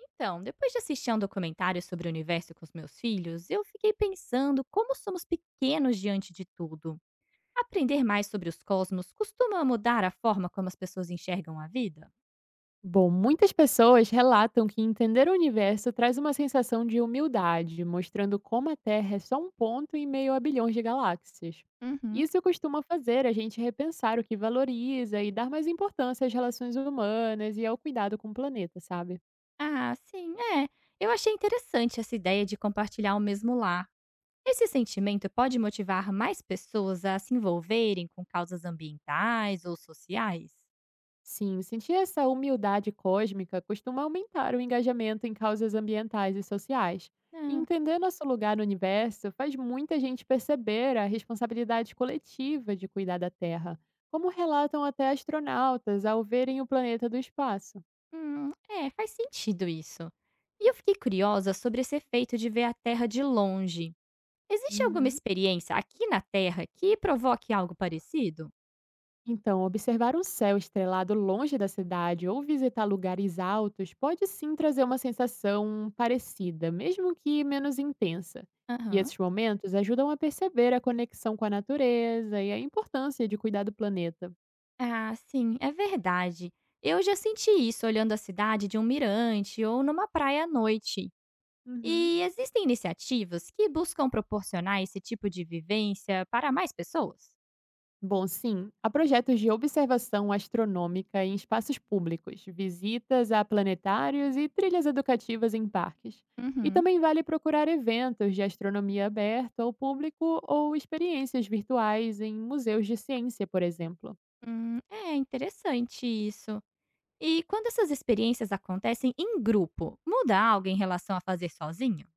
Então, depois de assistir a um documentário sobre o universo com os meus filhos, eu fiquei pensando como somos pequenos diante de tudo. Aprender mais sobre os cosmos costuma mudar a forma como as pessoas enxergam a vida? Bom, muitas pessoas relatam que entender o universo traz uma sensação de humildade, mostrando como a Terra é só um ponto em meio a bilhões de galáxias. Uhum. Isso costuma fazer a gente repensar o que valoriza e dar mais importância às relações humanas e ao cuidado com o planeta, sabe? Ah, sim, é. Eu achei interessante essa ideia de compartilhar o mesmo lar. Esse sentimento pode motivar mais pessoas a se envolverem com causas ambientais ou sociais? Sim, sentir essa humildade cósmica costuma aumentar o engajamento em causas ambientais e sociais. E entender nosso lugar no universo faz muita gente perceber a responsabilidade coletiva de cuidar da Terra, como relatam até astronautas ao verem o planeta do espaço. É, faz sentido isso. E eu fiquei curiosa sobre esse efeito de ver a Terra de longe. Existe alguma Uhum. experiência aqui na Terra que provoque algo parecido? Então, observar um céu estrelado longe da cidade ou visitar lugares altos pode sim trazer uma sensação parecida, mesmo que menos intensa. E Aham. esses momentos ajudam a perceber a conexão com a natureza e a importância de cuidar do planeta. Ah, sim, é verdade. Eu já senti isso olhando a cidade de um mirante ou numa praia à noite. Uhum. E existem iniciativas que buscam proporcionar esse tipo de vivência para mais pessoas? Bom, sim, há projetos de observação astronômica em espaços públicos, visitas a planetários e trilhas educativas em parques. E Uhum. também vale procurar eventos de astronomia aberta ao público ou experiências virtuais em museus de ciência, por exemplo. É interessante isso. E quando essas experiências acontecem em grupo, muda algo em relação a fazer sozinho?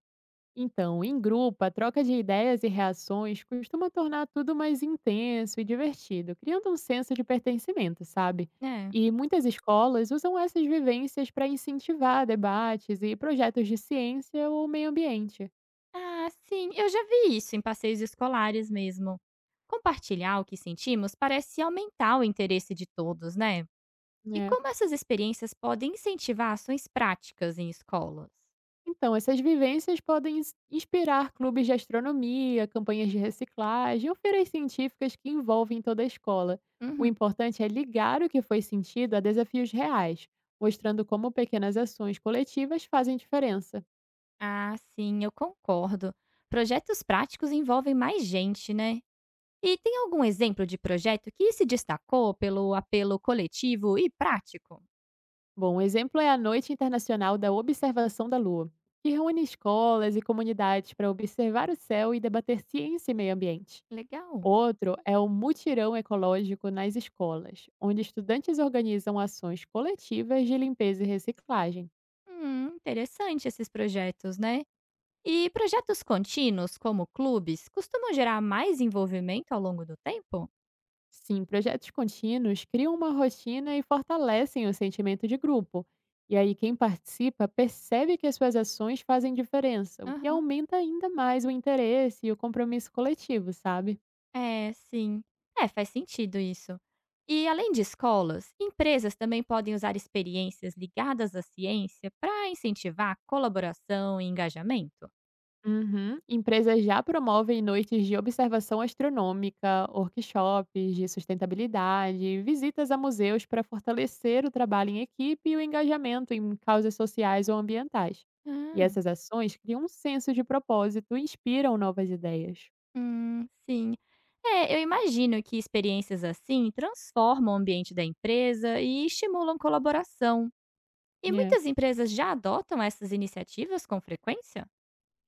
Então, em grupo, a troca de ideias e reações costuma tornar tudo mais intenso e divertido, criando um senso de pertencimento, sabe? É. E muitas escolas usam essas vivências para incentivar debates e projetos de ciência ou meio ambiente. Ah, sim, eu já vi isso em passeios escolares mesmo. Compartilhar o que sentimos parece aumentar o interesse de todos, né? E Né? como essas experiências podem incentivar ações práticas em escolas? Então, essas vivências podem inspirar clubes de astronomia, campanhas de reciclagem ou feiras científicas que envolvem toda a escola. O Uhum. importante é ligar o que foi sentido a desafios reais, mostrando como pequenas ações coletivas fazem diferença. Ah, sim, eu concordo. Projetos práticos envolvem mais gente, né? E tem algum exemplo de projeto que se destacou pelo apelo coletivo e prático? Bom, um exemplo é a Noite Internacional da Observação da Lua, que reúne escolas e comunidades para observar o céu e debater ciência e meio ambiente. Legal. Outro é o mutirão ecológico nas escolas, onde estudantes organizam ações coletivas de limpeza e reciclagem. Interessante esses projetos, né? E projetos contínuos, como clubes, costumam gerar mais envolvimento ao longo do tempo? Sim, projetos contínuos criam uma rotina e fortalecem o sentimento de grupo. E aí, quem participa percebe que as suas ações fazem diferença, o que Aham. aumenta ainda mais o interesse e o compromisso coletivo, sabe? É, sim. É, faz sentido isso. E além de escolas, empresas também podem usar experiências ligadas à ciência para incentivar a colaboração e engajamento? Uhum. Empresas já promovem noites de observação astronômica, workshops de sustentabilidade, visitas a museus para fortalecer o trabalho em equipe e o engajamento em causas sociais ou ambientais. E Ah, essas ações criam um senso de propósito e inspiram novas ideias. Sim. É, eu imagino que experiências assim transformam o ambiente da empresa e estimulam colaboração. E muitas empresas já adotam essas iniciativas com frequência?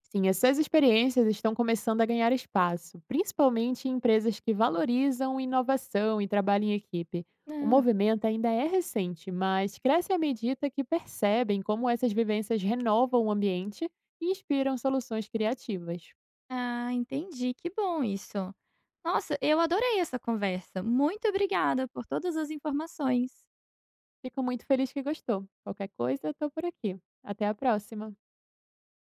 Sim, essas experiências estão começando a ganhar espaço, principalmente em empresas que valorizam inovação e trabalho em equipe. O Ah, movimento ainda é recente, mas cresce à medida que percebem como essas vivências renovam o ambiente e inspiram soluções criativas. ah, entendi. Que bom isso. Nossa, eu adorei essa conversa. Muito obrigada por todas as informações. Fico muito feliz que gostou. Qualquer coisa, estou por aqui. Até a próxima!